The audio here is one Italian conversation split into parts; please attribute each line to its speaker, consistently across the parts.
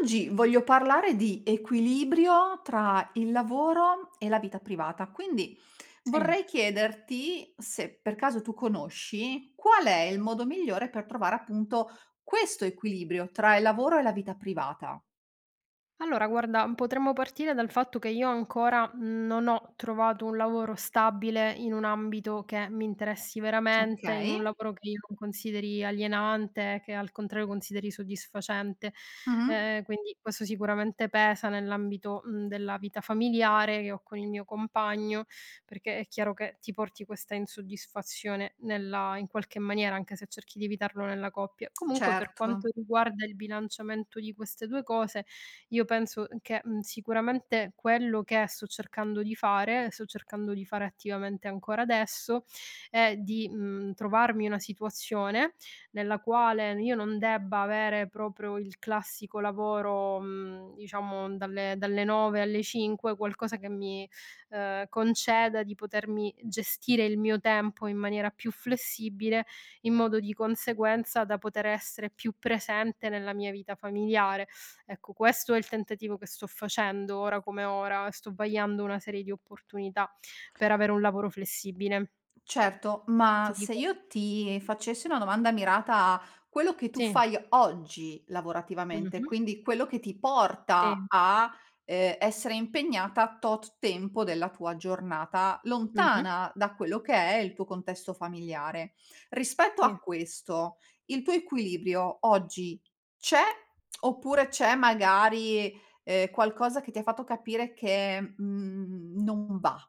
Speaker 1: Oggi voglio parlare di equilibrio tra il lavoro e la vita privata, quindi
Speaker 2: Sì.
Speaker 1: vorrei chiederti se per caso tu conosci qual è il modo migliore per trovare appunto questo equilibrio tra il lavoro e la vita privata.
Speaker 2: Allora guarda, potremmo partire dal fatto che io ancora non ho trovato un lavoro stabile in un ambito che mi interessi veramente, in
Speaker 1: Okay.
Speaker 2: un lavoro che io non consideri alienante, che al contrario consideri soddisfacente.
Speaker 1: Mh-mh.
Speaker 2: Quindi questo sicuramente pesa nell'ambito, della vita familiare che ho con il mio compagno, perché è chiaro che ti porti questa insoddisfazione nella in qualche maniera, anche se cerchi di evitarlo nella coppia. Comunque, per
Speaker 1: Certo.
Speaker 2: quanto riguarda il bilanciamento di queste 2 cose, io penso che, sicuramente quello che sto cercando di fare, sto cercando di fare attivamente ancora adesso, è di, trovarmi una situazione nella quale io non debba avere proprio il classico lavoro, diciamo dalle 9 alle 5, qualcosa che mi, conceda di potermi gestire il mio tempo in maniera più flessibile, in modo di conseguenza da poter essere più presente nella mia vita familiare. Ecco, questo è il tentativo che sto facendo ora come ora, sto vagliando una serie di opportunità per avere un lavoro flessibile.
Speaker 1: Certo, ma
Speaker 2: Ti
Speaker 1: se
Speaker 2: dico
Speaker 1: io ti facessi una domanda mirata a quello che tu
Speaker 2: sì.
Speaker 1: fai oggi lavorativamente,
Speaker 2: Mh-mh.
Speaker 1: quindi quello che ti porta
Speaker 2: Sì.
Speaker 1: a, essere impegnata tot tempo della tua giornata,
Speaker 2: Mh-mh.
Speaker 1: lontana da quello che è il tuo contesto familiare. Rispetto
Speaker 2: Sì.
Speaker 1: a questo, il tuo equilibrio oggi c'è, oppure c'è magari, qualcosa che ti ha fatto capire che, non va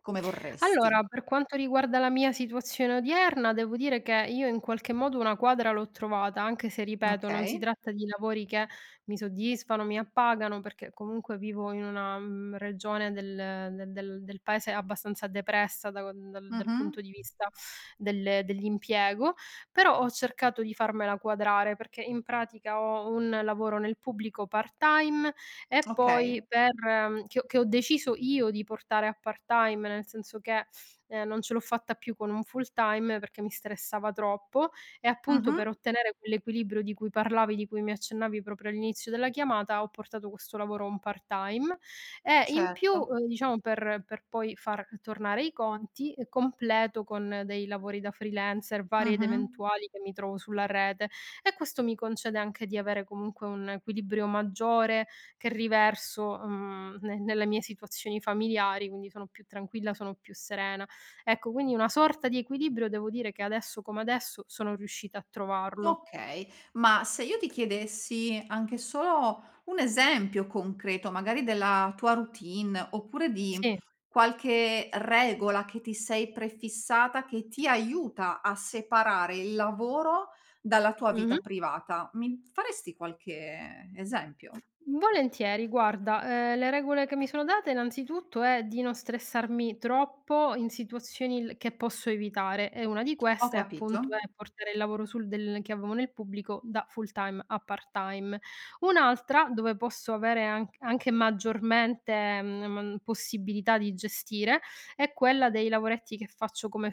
Speaker 1: come
Speaker 2: Allora,
Speaker 1: vorresti?
Speaker 2: per quanto riguarda la mia situazione odierna, devo dire che io in qualche modo una quadra l'ho trovata, anche se ripeto, non si
Speaker 1: Okay.
Speaker 2: tratta di lavori che mi soddisfano, mi appagano, perché comunque vivo in una regione del paese abbastanza depressa dal
Speaker 1: Mh-mh.
Speaker 2: punto di vista dell'impiego, però ho cercato di farmela quadrare perché in pratica ho un lavoro nel pubblico part-time e
Speaker 1: Okay.
Speaker 2: poi per che ho deciso io di portare a part-time, nel senso che, non ce l'ho fatta più con un full-time perché mi stressava troppo e appunto
Speaker 1: Mh-mh.
Speaker 2: per ottenere quell'equilibrio di cui parlavi, di cui mi accennavi proprio all'inizio della chiamata, ho portato questo lavoro on part-time e in più,
Speaker 1: Certo.
Speaker 2: diciamo per poi far tornare i conti, completo con dei lavori da freelancer vari ed
Speaker 1: Mh-mh.
Speaker 2: eventuali che mi trovo sulla rete, e questo mi concede anche di avere comunque un equilibrio maggiore che riverso, ne nelle mie situazioni familiari, quindi sono più tranquilla, sono più serena. Ecco, quindi una sorta di equilibrio devo dire che adesso come adesso sono riuscita a trovarlo.
Speaker 1: Okay. Ma se io ti chiedessi anche solo un esempio concreto, magari della tua routine, oppure di
Speaker 2: Sì.
Speaker 1: qualche regola che ti sei prefissata che ti aiuta a separare il lavoro dalla tua vita
Speaker 2: Mh-mh.
Speaker 1: privata, mi faresti qualche esempio?
Speaker 2: Volentieri, guarda, le regole che mi sono date innanzitutto è di non stressarmi troppo in situazioni l che posso evitare, e una di
Speaker 1: Ho
Speaker 2: queste
Speaker 1: capito.
Speaker 2: appunto è portare il lavoro sul del che avevo nel pubblico da full time a part time. Un'altra dove posso avere anche maggiormente, man possibilità di gestire è quella dei lavoretti che faccio come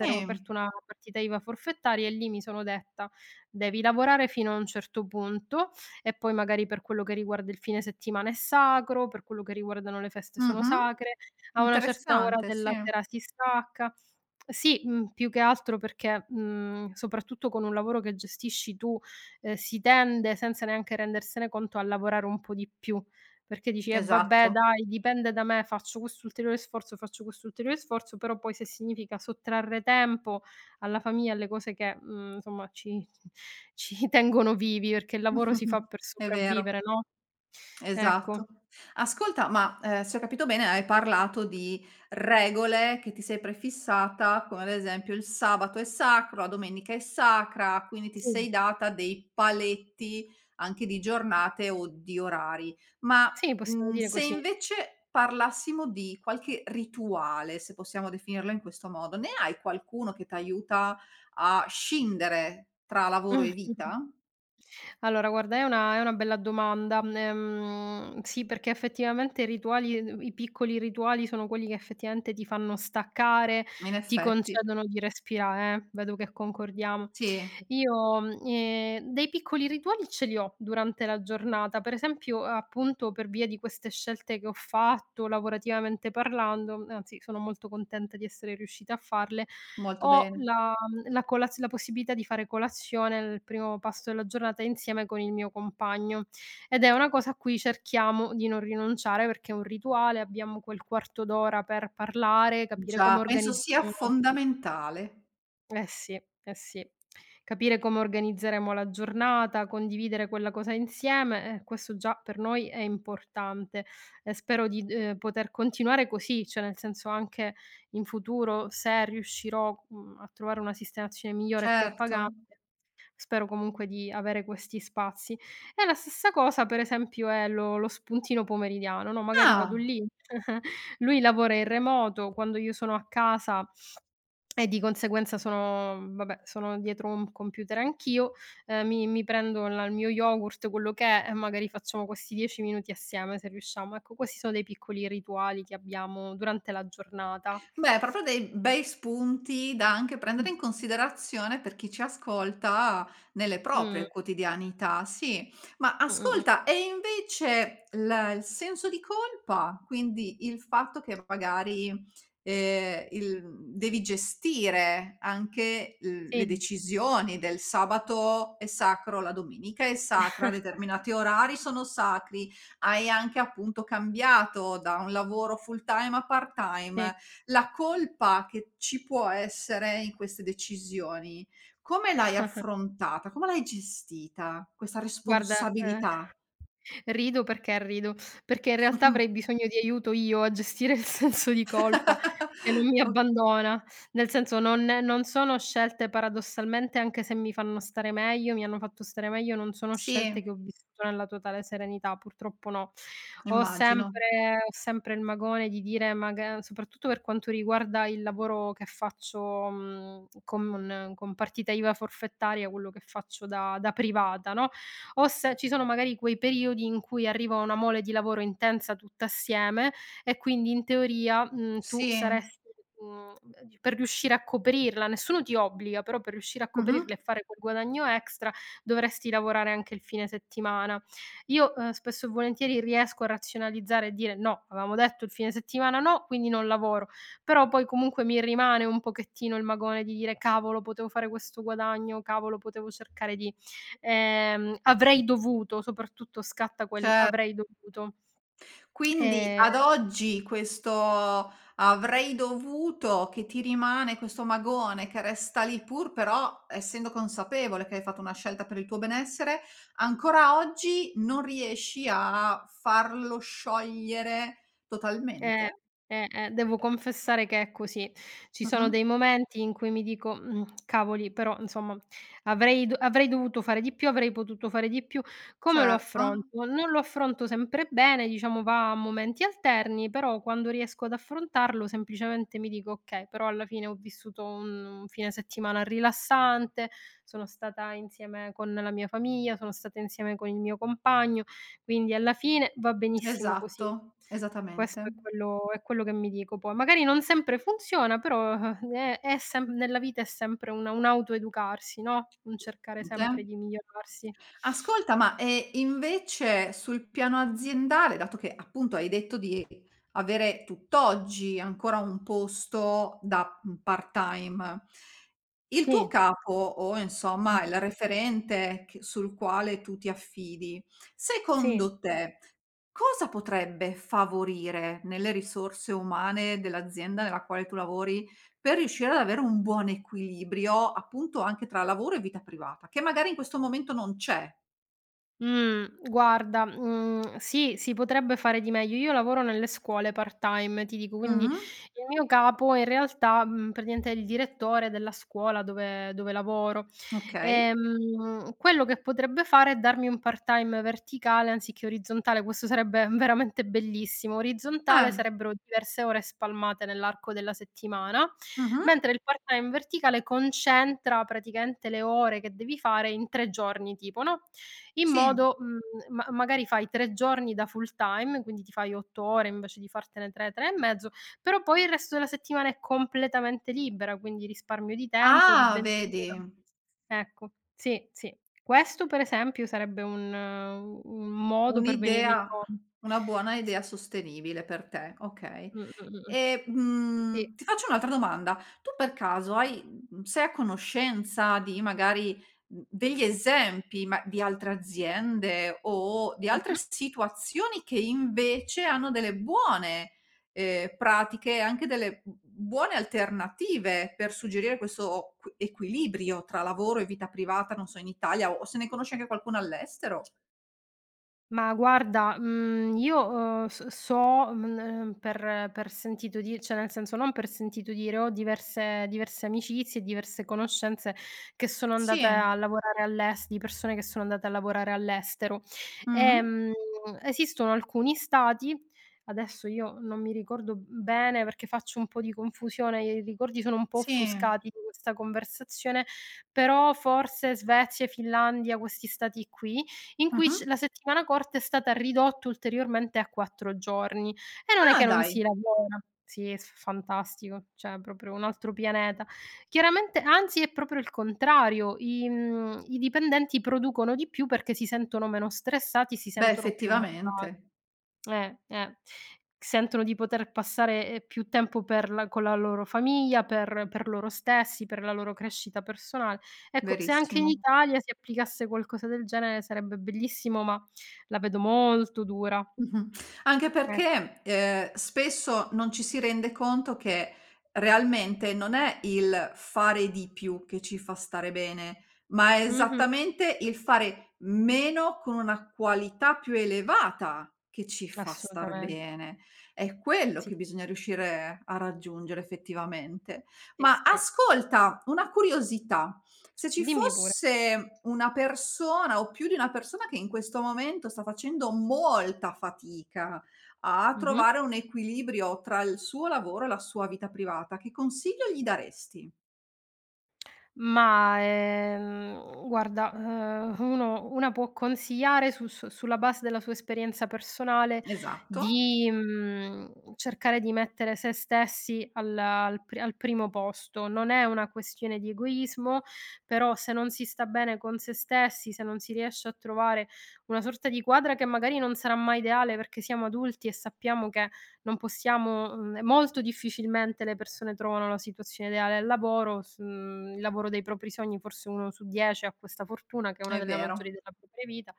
Speaker 1: Sì.
Speaker 2: Ho aperto una partita IVA forfettaria e lì mi sono detta: "Devi lavorare fino a un certo punto, e poi magari per quello che riguarda il fine settimana è sacro, per quello che riguardano le feste sono
Speaker 1: Mh-mh.
Speaker 2: sacre, a una certa ora
Speaker 1: Interessante, sì.
Speaker 2: della sera si stacca." Sì, più che altro perché, soprattutto con un lavoro che gestisci tu, si tende, senza neanche rendersene conto, a lavorare un po' di più, perché dici: "Eh vabbè
Speaker 1: Esatto.
Speaker 2: dai, dipende da me, faccio quest'ulteriore sforzo", però poi se significa sottrarre tempo alla famiglia, alle cose che, insomma ci ci tengono vivi, perché il lavoro si fa
Speaker 1: Mh-mh-mh.
Speaker 2: per
Speaker 1: È
Speaker 2: sopravvivere,
Speaker 1: vero,
Speaker 2: no, ecco.
Speaker 1: esatto. Ascolta, ma, se ho capito bene hai parlato di regole che ti sei prefissata, come ad esempio il sabato è sacro, la domenica è sacra, quindi ti
Speaker 2: Sì,
Speaker 1: sei data dei paletti anche di giornate o di orari. Ma,
Speaker 2: sì, possiamo dire
Speaker 1: se
Speaker 2: così.
Speaker 1: invece parlassimo di qualche rituale, se possiamo definirlo in questo modo, ne hai qualcuno che t'aiuta a scindere tra lavoro e
Speaker 2: Mh-mh.
Speaker 1: vita?
Speaker 2: Allora guarda, è una bella domanda, sì, perché effettivamente i piccoli rituali sono quelli che effettivamente ti fanno staccare,
Speaker 1: In
Speaker 2: ti
Speaker 1: effetti.
Speaker 2: concedono di respirare, vedo che concordiamo.
Speaker 1: Sì,
Speaker 2: Io, dei piccoli rituali ce li ho durante la giornata, per esempio, appunto, per via di queste scelte che ho fatto lavorativamente parlando, anzi sono molto contenta di essere riuscita a farle,
Speaker 1: molto
Speaker 2: ho
Speaker 1: bene.
Speaker 2: la possibilità di fare colazione, il primo pasto della giornata, insieme con il mio compagno, ed è una cosa a cui cerchiamo di non rinunciare perché è un rituale, abbiamo quel quarto d'ora per parlare, capire come
Speaker 1: Già, penso sia
Speaker 2: organizzeremo.
Speaker 1: fondamentale.
Speaker 2: Eh sì, eh sì. Capire come organizzeremo la giornata, condividere quella cosa insieme, questo già per noi è importante. Spero di poter continuare così, cioè nel senso anche in futuro se riuscirò, a trovare una sistemazione migliore e più
Speaker 1: Certo.
Speaker 2: appagante, spero comunque di avere questi spazi. E la stessa cosa per esempio è lo spuntino pomeridiano, no, magari vado
Speaker 1: Ah!
Speaker 2: lì, lui lavora in remoto, quando io sono a casa e di conseguenza sono vabbè, sono dietro un computer anch'io, mi prendo la il mio yogurt, quello che è, e magari facciamo questi 10 minuti assieme se riusciamo. Ecco, questi sono dei piccoli rituali che abbiamo durante la giornata.
Speaker 1: Beh, proprio dei bei spunti da anche
Speaker 2: Mh.
Speaker 1: prendere in considerazione per chi ci ascolta nelle
Speaker 2: Mh,
Speaker 1: proprie quotidianità, sì. Ma
Speaker 2: mh-mh.
Speaker 1: ascolta, e invece la il senso di colpa, quindi il fatto che magari, il devi gestire anche l le
Speaker 2: Sì.
Speaker 1: decisioni del sabato è sacro, la domenica è sacra, determinati orari sono sacri, hai anche appunto cambiato da un lavoro full time a part
Speaker 2: Sì.
Speaker 1: time, la colpa che ci può essere in queste decisioni, come l'hai affrontata? Come l'hai gestita questa
Speaker 2: Guarda,
Speaker 1: responsabilità?
Speaker 2: rido perché rido, perché in realtà
Speaker 1: Mh-mh.
Speaker 2: avrei bisogno di aiuto io a gestire il senso di colpa che non mi
Speaker 1: O
Speaker 2: abbandona. Nel senso non sono scelte paradossalmente, anche se mi fanno stare meglio, mi hanno fatto stare meglio, non sono scelte che ho
Speaker 1: sì,
Speaker 2: vissuto nella totale serenità, purtroppo no.
Speaker 1: immagino.
Speaker 2: Ho sempre il magone di dire maga soprattutto per quanto riguarda il lavoro che faccio, con partita IVA forfettaria, quello che faccio da privata, no, o se ci sono magari quei periodi in cui arriva una mole di lavoro intensa tutta assieme e quindi in teoria, tu
Speaker 1: Sì.
Speaker 2: saresti, mhmm, per riuscire a coprirla, nessuno ti obbliga, però per riuscire a
Speaker 1: Mh-mh.
Speaker 2: coprirla e fare quel guadagno extra dovresti lavorare anche il fine settimana. Io, spesso e volentieri riesco a razionalizzare e dire: "No, avevamo detto il fine settimana no, quindi non lavoro." Però poi comunque mi rimane un pochettino il magone di dire: "Cavolo, potevo fare questo guadagno, cavolo, potevo cercare di", "avrei dovuto", soprattutto scatta quel
Speaker 1: Ce
Speaker 2: "avrei dovuto".
Speaker 1: quindi
Speaker 2: Ehm
Speaker 1: ad oggi questo "avrei dovuto" che ti rimane, questo magone che resta lì pur però essendo consapevole che hai fatto una scelta per il tuo benessere, ancora oggi non riesci a farlo sciogliere
Speaker 2: Eh,
Speaker 1: totalmente?
Speaker 2: devo confessare che è così. Ci sono
Speaker 1: Mh-mh.
Speaker 2: dei momenti in cui mi dico: cavoli, però insomma avrei dovuto fare di più, avrei potuto fare di più". Come lo
Speaker 1: Certo,
Speaker 2: affronto? Non lo affronto sempre bene, diciamo va a momenti alterni, però quando riesco ad affrontarlo semplicemente mi dico: "Okay, però alla fine ho vissuto un fine settimana rilassante, sono stata insieme con la mia famiglia, sono stata insieme con il mio compagno, quindi alla fine va benissimo così".
Speaker 1: esatto, esattamente.
Speaker 2: Questo è quello che mi dico poi. Magari non sempre funziona, però è sem nella vita è sempre un autoeducarsi, no, un cercare sempre
Speaker 1: Esattamente.
Speaker 2: di migliorarsi.
Speaker 1: Ascolta, ma, invece sul piano aziendale, dato che appunto hai detto di avere tutt'oggi ancora un posto da, part-time, il tuo
Speaker 2: Sì.
Speaker 1: capo o insomma il
Speaker 2: Mh-mh.
Speaker 1: referente che sul quale tu ti affidi,
Speaker 2: Sì.
Speaker 1: secondo te cosa potrebbe favorire nelle risorse umane dell'azienda nella quale tu lavori, per riuscire ad avere un buon equilibrio, appunto, anche tra lavoro e vita privata, che magari in questo momento non c'è?
Speaker 2: Guarda, sì, si potrebbe fare di meglio. Io lavoro nelle scuole part-time, ti dico, quindi
Speaker 1: Mh-mh,
Speaker 2: il mio capo in realtà, praticamente è il direttore della scuola dove lavoro.
Speaker 1: okay.
Speaker 2: Quello che potrebbe fare è darmi un part-time verticale anziché orizzontale, questo sarebbe veramente bellissimo. Orizzontale
Speaker 1: Eh,
Speaker 2: sarebbero diverse ore spalmate nell'arco della settimana,
Speaker 1: mh-mh,
Speaker 2: mentre il part-time verticale concentra praticamente le ore che devi fare in 3 giorni tipo, no? In
Speaker 1: sì.
Speaker 2: modo ma magari fai 3 giorni da full time, quindi ti fai 8 ore invece di fartene 3, 3 e mezzo, però poi il resto della settimana è completamente libera, quindi risparmio di tempo, di
Speaker 1: Ah, vedi.
Speaker 2: benzina. Ecco, sì, sì. Questo per esempio sarebbe un modo per venirmi
Speaker 1: Un'idea
Speaker 2: incon
Speaker 1: una buona
Speaker 2: sì.
Speaker 1: idea sostenibile per te, okay.
Speaker 2: Mh, mh, mh, mh.
Speaker 1: E,
Speaker 2: Sì.
Speaker 1: ti faccio un'altra domanda: tu per caso hai sei a conoscenza di magari, degli esempi ma di altre aziende o di altre
Speaker 2: Mh-mh.
Speaker 1: situazioni che invece hanno delle buone, pratiche e anche delle b buone alternative per suggerire questo q equilibrio tra lavoro e vita privata, non so, in Italia o se ne conosci anche qualcuna all'estero?
Speaker 2: Ma guarda, io, s so, per sentito di cioè nel senso non per sentito dire, ho diverse amicizie, diverse conoscenze che sono andate
Speaker 1: Sì.
Speaker 2: a lavorare all'es di persone che sono andate a lavorare all'estero.
Speaker 1: Mh-mh.
Speaker 2: Ehm, esistono alcuni stati, adesso io non mi ricordo bene perché faccio un po' di confusione, i ricordi sono un po'
Speaker 1: Sì.
Speaker 2: offuscati di questa conversazione, però forse Svezia, Finlandia, questi stati qui in cui
Speaker 1: Mh-mh.
Speaker 2: c la settimana corta è stata ridotta ulteriormente a 4 giorni. E non è
Speaker 1: Ah,
Speaker 2: che non
Speaker 1: dai.
Speaker 2: si lavora. Sì, è s fantastico, cioè è proprio un altro pianeta. Chiaramente anzi è proprio il contrario, i dipendenti producono di più perché si sentono meno stressati, si
Speaker 1: Beh,
Speaker 2: sentono più motiva
Speaker 1: effettivamente,
Speaker 2: eh. Sentono di poter passare, più tempo per la con la loro famiglia, per loro stessi, per la loro crescita personale. Ecco, se anche in
Speaker 1: verissimo.
Speaker 2: Italia si applicasse qualcosa del genere sarebbe bellissimo, ma la vedo molto dura.
Speaker 1: Mh-mh. Anche
Speaker 2: Ecco.
Speaker 1: perché, spesso non ci si rende conto che realmente non è il fare di più che ci fa stare bene, ma è
Speaker 2: Mh-mh.
Speaker 1: esattamente il fare meno con una qualità più elevata che ci fa star
Speaker 2: Assolutamente.
Speaker 1: bene. È quello
Speaker 2: Sì,
Speaker 1: che bisogna riuscire a raggiungere effettivamente.
Speaker 2: sì,
Speaker 1: Ma
Speaker 2: sì.
Speaker 1: ascolta, una curiosità. Se ci
Speaker 2: Dimmi pure.
Speaker 1: fosse una persona o più di una persona che in questo momento sta facendo molta fatica a
Speaker 2: Mh-mh.
Speaker 1: trovare un equilibrio tra il suo lavoro e la sua vita privata, che consiglio gli daresti?
Speaker 2: Ma, guarda, uno una può consigliare su sulla base della sua esperienza personale
Speaker 1: Esatto,
Speaker 2: di, cercare di mettere se stessi al primo posto. Non è una questione di egoismo, però se non si sta bene con se stessi, se non si riesce a trovare una sorta di quadra che magari non sarà mai ideale perché siamo adulti e sappiamo che non possiamo, molto difficilmente le persone trovano la situazione ideale al lavoro, il lavoro dei propri sogni, forse 1 su 10 ha questa fortuna che è una
Speaker 1: è
Speaker 2: delle
Speaker 1: vero,
Speaker 2: maggiori della propria vita,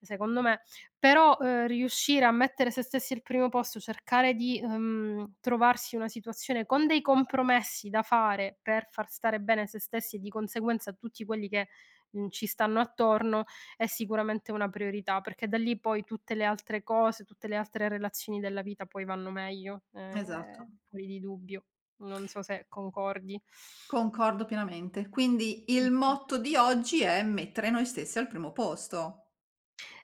Speaker 2: secondo me. Però, riuscire a mettere se stessi al primo posto, cercare di, trovarsi una situazione con dei compromessi da fare per far stare bene se stessi e di conseguenza tutti quelli che, ci stanno attorno, è sicuramente una priorità, perché da lì poi tutte le altre cose, tutte le altre relazioni della vita poi vanno meglio,
Speaker 1: esatto.
Speaker 2: fuori di dubbio. Non so se concordi.
Speaker 1: Concordo pienamente. Quindi il
Speaker 2: Mh-mh.
Speaker 1: motto di oggi è mettere noi stessi al primo posto.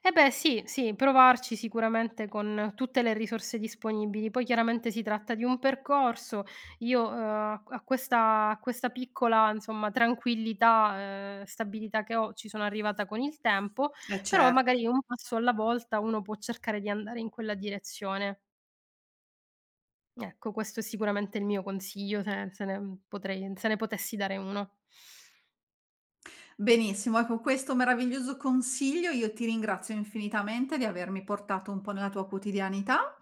Speaker 2: Eh beh sì, sì, provarci sicuramente con tutte le risorse disponibili. Poi chiaramente si tratta di un percorso. Io, a questa piccola, insomma, tranquillità, stabilità che ho, ci sono arrivata con il tempo,
Speaker 1: Eh
Speaker 2: però
Speaker 1: certo.
Speaker 2: magari un passo alla volta uno può cercare di andare in quella direzione. Ecco, questo è sicuramente il mio consiglio, se se ne potrei se ne potessi dare uno.
Speaker 1: Benissimo, ecco questo meraviglioso consiglio io ti ringrazio infinitamente di avermi portato un po' nella tua quotidianità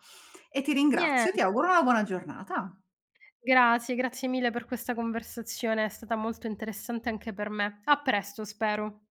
Speaker 1: e ti ringrazio e
Speaker 2: Niente,
Speaker 1: ti auguro una buona giornata.
Speaker 2: grazie, grazie mille per questa conversazione, è stata molto interessante anche per me. A presto, spero.